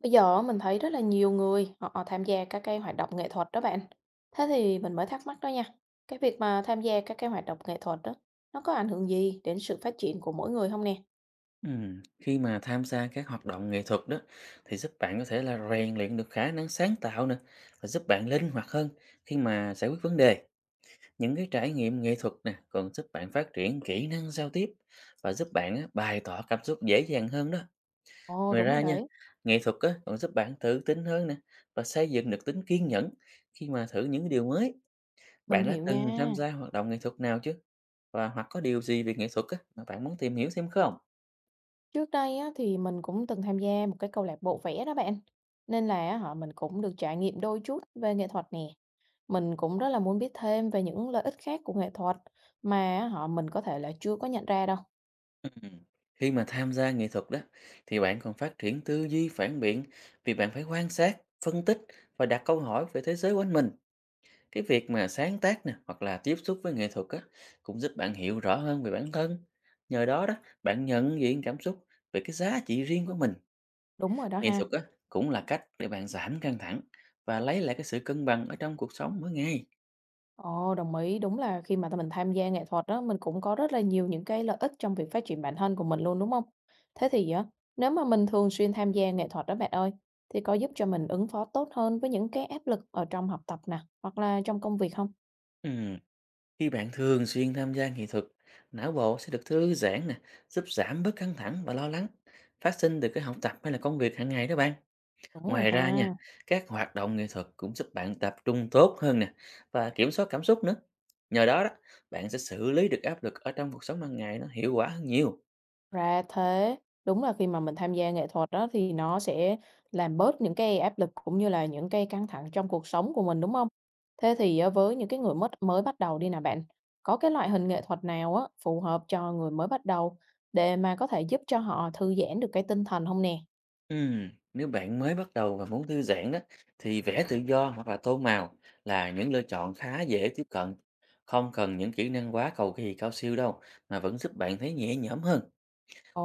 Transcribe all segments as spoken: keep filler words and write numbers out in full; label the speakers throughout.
Speaker 1: Bây giờ á, mình thấy rất là nhiều người họ họ tham gia các cái hoạt động nghệ thuật đó bạn. Thế thì mình mới thắc mắc đó nha. Cái việc mà tham gia các cái hoạt động nghệ thuật đó, nó có ảnh hưởng gì đến sự phát triển của mỗi người không nè?
Speaker 2: Ừm, khi mà tham gia các hoạt động nghệ thuật đó thì giúp bạn có thể là rèn luyện được khả năng sáng tạo nè, và giúp bạn linh hoạt hơn khi mà giải quyết vấn đề. Những cái trải nghiệm nghệ thuật nè còn giúp bạn phát triển kỹ năng giao tiếp và giúp bạn á, bày tỏ cảm xúc dễ dàng hơn đó.
Speaker 1: Ồ,
Speaker 2: Ngoài
Speaker 1: đúng
Speaker 2: ra
Speaker 1: rồi
Speaker 2: nha,
Speaker 1: đấy,
Speaker 2: nghệ thuật á, còn giúp bạn tự tin hơn nè và xây dựng được tính kiên nhẫn khi mà thử những cái điều mới.
Speaker 1: mình
Speaker 2: Bạn đã
Speaker 1: hiểu nha.
Speaker 2: từng tham gia hoạt động nghệ thuật nào chứ? Và hoặc có điều gì về nghệ thuật á, mà bạn muốn tìm hiểu thêm không?
Speaker 1: Trước đây á, thì mình cũng từng tham gia một cái câu lạc bộ vẽ đó bạn. Nên là á, họ mình cũng được trải nghiệm đôi chút về nghệ thuật nè. Mình cũng rất là muốn biết thêm về những lợi ích khác của nghệ thuật mà á, họ mình có thể là chưa có nhận ra đâu.
Speaker 2: Ừm, Khi mà tham gia nghệ thuật đó thì bạn còn phát triển tư duy phản biện, vì bạn phải quan sát, phân tích và đặt câu hỏi về thế giới quanh mình. Cái việc mà sáng tác nè, hoặc là tiếp xúc với nghệ thuật á, cũng giúp bạn hiểu rõ hơn về bản thân. Nhờ đó đó, bạn nhận diện cảm xúc về cái giá trị riêng của mình.
Speaker 1: Đúng rồi đó
Speaker 2: Nghệ
Speaker 1: ha.
Speaker 2: thuật á, cũng là cách để bạn giảm căng thẳng và lấy lại cái sự cân bằng ở trong cuộc sống mỗi ngày.
Speaker 1: Ồ, đồng ý. Đúng là khi mà t mình tham gia nghệ thuật đó mình cũng có rất là nhiều những cái lợi ích trong việc phát triển bản thân của mình luôn, đúng không? Thế thì á, nếu mà mình thường xuyên tham gia nghệ thuật đó bạn ơi, thì có giúp cho mình ứng phó tốt hơn với những cái áp lực ở trong học tập nè, hoặc là trong công việc không?
Speaker 2: Ừm, Khi bạn thường xuyên tham gia nghệ thuật, não bộ sẽ được thư giãn nè, giúp giảm bớt căng thẳng và lo lắng, phát sinh từ cái học tập hay là công việc hàng ngày đó bạn.
Speaker 1: Đúng rồi
Speaker 2: Ngoài ra
Speaker 1: ha.
Speaker 2: nha, các hoạt động nghệ thuật cũng giúp bạn tập trung tốt hơn nè, và kiểm soát cảm xúc nữa. Nhờ đó đó, bạn sẽ xử lý được áp lực ở trong cuộc sống hàng ngày nó hiệu quả hơn nhiều.
Speaker 1: Ra thế. Đúng là khi mà mình tham gia nghệ thuật đó thì nó sẽ làm bớt những cái áp lực cũng như là những cái căng thẳng trong cuộc sống của mình, đúng không? Thế thì á, với những cái người mất mới bắt đầu đi nè bạn, có cái loại hình nghệ thuật nào á, phù hợp cho người mới bắt đầu để mà có thể giúp cho họ thư giãn được cái tinh thần không nè?
Speaker 2: Ừm, nếu bạn mới bắt đầu và muốn thư giãn đó, thì vẽ tự do hoặc là tô màu là những lựa chọn khá dễ tiếp cận. Không cần những kỹ năng quá cầu kỳ cao siêu đâu, mà vẫn giúp bạn thấy nhẹ nhõm hơn.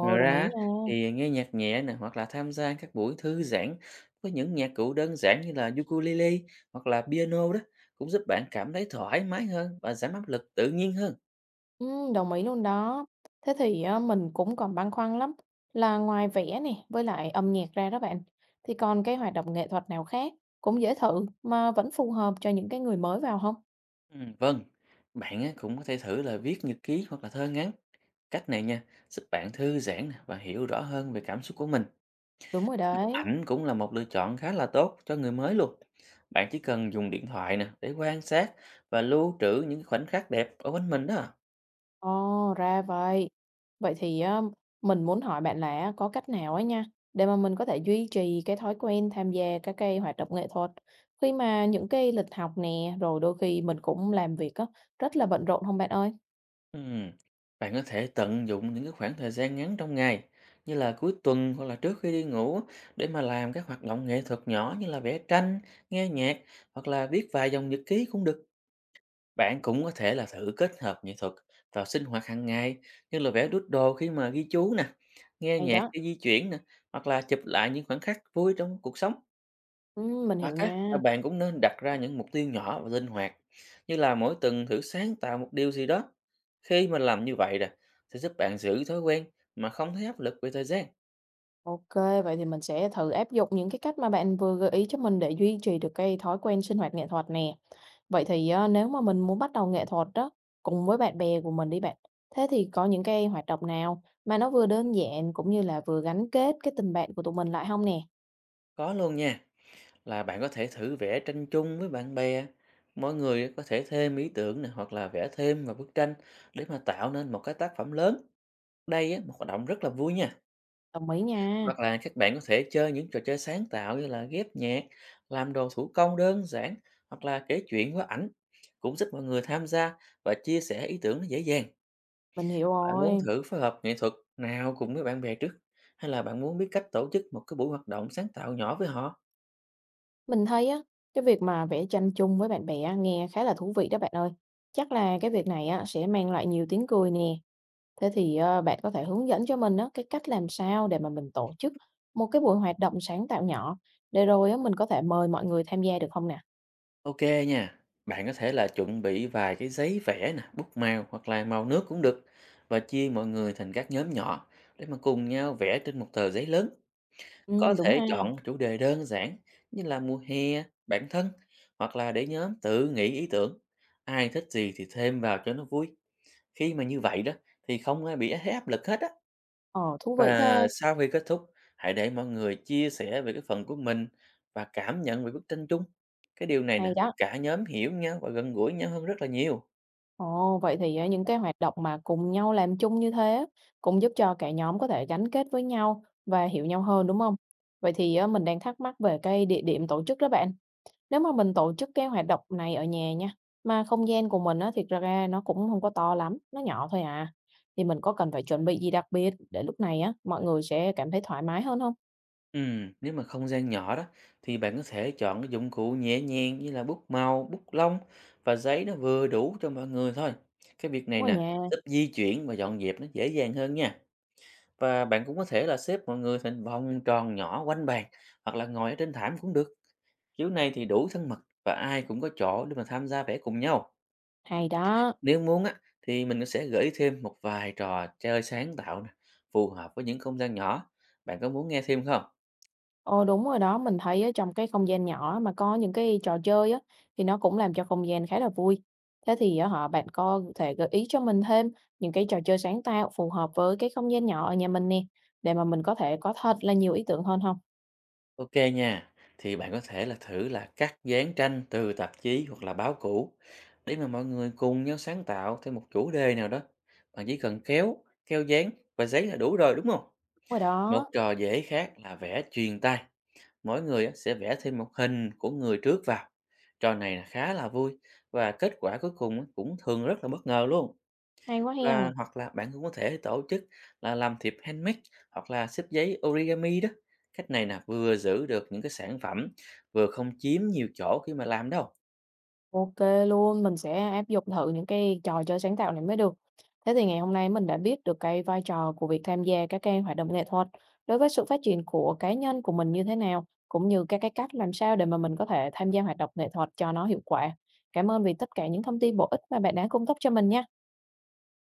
Speaker 2: Ngoài
Speaker 1: đồng ý
Speaker 2: ra
Speaker 1: nha.
Speaker 2: thì nghe nhạc nhẹ nè, hoặc là tham gia các buổi thư giãn với những nhạc cụ đơn giản như là ukulele hoặc là piano đó, cũng giúp bạn cảm thấy thoải mái hơn và giảm áp lực tự nhiên hơn.
Speaker 1: Ừm, đồng ý luôn đó. Thế thì á, mình cũng còn băn khoăn lắm, là ngoài vẽ nè, với lại âm nhạc ra đó bạn, thì còn cái hoạt động nghệ thuật nào khác cũng dễ thử mà vẫn phù hợp cho những cái người mới vào không?
Speaker 2: Ừm, vâng, bạn á, cũng có thể thử là viết nhật ký hoặc là thơ ngắn. Cách này nha, giúp bạn thư giãn nè và hiểu rõ hơn về cảm xúc của mình.
Speaker 1: Đúng rồi
Speaker 2: Chụp
Speaker 1: đấy.
Speaker 2: ảnh cũng là một lựa chọn khá là tốt cho người mới luôn. Bạn chỉ cần dùng điện thoại nè, để quan sát và lưu trữ những khoảnh khắc đẹp ở bên mình đó.
Speaker 1: Ồ, ra vậy. Vậy thì á, mình muốn hỏi bạn là có cách nào ấy nha, để mà mình có thể duy trì cái thói quen tham gia các cái hoạt động nghệ thuật khi mà những cái lịch học nè, rồi đôi khi mình cũng làm việc á, rất là bận rộn không bạn ơi?
Speaker 2: Ừm, Bạn có thể tận dụng những cái khoảng thời gian ngắn trong ngày, như là cuối tuần hoặc là trước khi đi ngủ, để mà làm các hoạt động nghệ thuật nhỏ như là vẽ tranh, nghe nhạc, hoặc là viết vài dòng nhật ký cũng được. Bạn cũng có thể là thử kết hợp nghệ thuật vào sinh hoạt hàng ngày, như là vẽ đút đồ khi mà ghi chú nè, nghe
Speaker 1: Hay
Speaker 2: nhạc
Speaker 1: đó.
Speaker 2: khi di chuyển nè, hoặc là chụp lại những khoảnh khắc vui trong cuộc sống.
Speaker 1: Ừm, mình
Speaker 2: Hoặc
Speaker 1: hiểu
Speaker 2: á, là
Speaker 1: nha.
Speaker 2: bạn cũng nên đặt ra những mục tiêu nhỏ và linh hoạt, như là mỗi tuần thử sáng tạo một điều gì đó. Khi mà làm như vậy nè, sẽ giúp bạn giữ thói quen mà không thấy áp lực về thời gian.
Speaker 1: ô kê, vậy thì mình sẽ thử áp dụng những cái cách mà bạn vừa gợi ý cho mình để duy trì được cái thói quen sinh hoạt nghệ thuật nè. Vậy thì á, nếu mà mình muốn bắt đầu nghệ thuật đó cùng với bạn bè của mình đi bạn, thế thì có những cái hoạt động nào mà nó vừa đơn giản cũng như là vừa gắn kết cái tình bạn của tụi mình lại không nè?
Speaker 2: Có luôn nha, là bạn có thể thử vẽ tranh chung với bạn bè. Mỗi người có thể thêm ý tưởng này, hoặc là vẽ thêm vào bức tranh, để mà tạo nên một cái tác phẩm lớn. Đây á, một hoạt động rất là vui nha.
Speaker 1: Đồng ý nha,
Speaker 2: Hoặc là các bạn có thể chơi những trò chơi sáng tạo, như là ghép nhạc, làm đồ thủ công đơn giản, hoặc là kể chuyện qua ảnh. Cũng giúp mọi người tham gia và chia sẻ ý tưởng nó dễ dàng.
Speaker 1: mình hiểu
Speaker 2: Bạn muốn
Speaker 1: rồi.
Speaker 2: thử phối hợp nghệ thuật nào cùng với bạn bè trước? Hay là bạn muốn biết cách tổ chức một cái buổi hoạt động sáng tạo nhỏ với họ?
Speaker 1: Mình thấy á, cái việc mà vẽ tranh chung với bạn bè á, nghe khá là thú vị đó bạn ơi. Chắc là cái việc này á, sẽ mang lại nhiều tiếng cười nè. Thế thì, ơ, bạn có thể hướng dẫn cho mình á, cái cách làm sao để mà mình tổ chức một cái buổi hoạt động sáng tạo nhỏ, để rồi á, mình có thể mời mọi người tham gia được không nè?
Speaker 2: Ok nha. Bạn có thể là chuẩn bị vài cái giấy vẽ nè, bút màu hoặc là màu nước cũng được, và chia mọi người thành các nhóm nhỏ để mà cùng nhau vẽ trên một tờ giấy lớn. Có
Speaker 1: Ừm, đúng
Speaker 2: thể
Speaker 1: ha.
Speaker 2: chọn chủ đề đơn giản, như là mùa hè, bản thân, hoặc là để nhóm tự nghĩ ý tưởng. Ai thích gì thì thêm vào cho nó vui. Khi mà như vậy đó thì không ai bị thấy áp lực hết á.
Speaker 1: Ờ, thú vị
Speaker 2: Và
Speaker 1: thế,
Speaker 2: sau khi kết thúc, hãy để mọi người chia sẻ về cái phần của mình và cảm nhận về bức tranh chung. Cái điều này nè,
Speaker 1: hay
Speaker 2: giúp
Speaker 1: đó.
Speaker 2: cả nhóm hiểu nhau và gần gũi nhau hơn rất là nhiều.
Speaker 1: Ồ, vậy thì á, những cái hoạt động mà cùng nhau làm chung như thế á, cũng giúp cho cả nhóm có thể gắn kết với nhau và hiểu nhau hơn, đúng không? Vậy thì á, mình đang thắc mắc về cái địa điểm tổ chức đó bạn. Nếu mà mình tổ chức cái hoạt động này ở nhà nha, mà không gian của mình á, thiệt ra ra nó cũng không có to lắm, nó nhỏ thôi à, thì mình có cần phải chuẩn bị gì đặc biệt để lúc này á, mọi người sẽ cảm thấy thoải mái hơn không?
Speaker 2: Ừm, nếu mà không gian nhỏ đó, thì bạn có thể chọn cái dụng cụ nhẹ nhàng như là bút màu, bút lông, và giấy nó vừa đủ cho mọi người thôi. Cái việc này
Speaker 1: Đúng rồi
Speaker 2: nè,
Speaker 1: nha,
Speaker 2: giúp di chuyển và dọn dẹp nó dễ dàng hơn nha. Và bạn cũng có thể là xếp mọi người thành vòng tròn nhỏ quanh bàn, hoặc là ngồi ở trên thảm cũng được. Kiểu này thì đủ thân mật, và ai cũng có chỗ để mà tham gia vẽ cùng nhau.
Speaker 1: hay đó.
Speaker 2: Nếu muốn á, thì mình sẽ gửi thêm một vài trò chơi sáng tạo nè, phù hợp với những không gian nhỏ. Bạn có muốn nghe thêm không?
Speaker 1: Ờ, đúng rồi đó, mình thấy á, trong cái không gian nhỏ mà có những cái trò chơi á, thì nó cũng làm cho không gian khá là vui. Thế thì á hả, bạn có thể gợi ý cho mình thêm những cái trò chơi sáng tạo phù hợp với cái không gian nhỏ ở nhà mình nè, để mà mình có thể có thật là nhiều ý tưởng hơn không?
Speaker 2: Ok nha, thì bạn có thể là thử là cắt dán tranh từ tạp chí hoặc là báo cũ, để mà mọi người cùng nhau sáng tạo thêm một chủ đề nào đó. Bạn chỉ cần kéo, keo dán và giấy là đủ rồi, đúng không?
Speaker 1: Đúng rồi
Speaker 2: Một
Speaker 1: đó,
Speaker 2: trò dễ khác là vẽ truyền tay. Mỗi người á, sẽ vẽ thêm một hình của người trước vào. Trò này là khá là vui, và kết quả cuối cùng á, cũng thường rất là bất ngờ luôn.
Speaker 1: hay quá
Speaker 2: Và
Speaker 1: hen.
Speaker 2: hoặc là bạn cũng có thể tổ chức là làm thiệp handmade, hoặc là xếp giấy origami đó. Cách này là vừa giữ được những cái sản phẩm, vừa không chiếm nhiều chỗ khi mà làm đâu.
Speaker 1: ô kê luôn, mình sẽ áp dụng thử những cái trò chơi sáng tạo này mới được. Thế thì ngày hôm nay mình đã biết được cái vai trò của việc tham gia các cái hoạt động nghệ thuật đối với sự phát triển của cá nhân của mình như thế nào, cũng như các cái cách làm sao để mà mình có thể tham gia hoạt động nghệ thuật cho nó hiệu quả. Cảm ơn vì tất cả những thông tin bổ ích mà bạn đã cung cấp cho mình nha.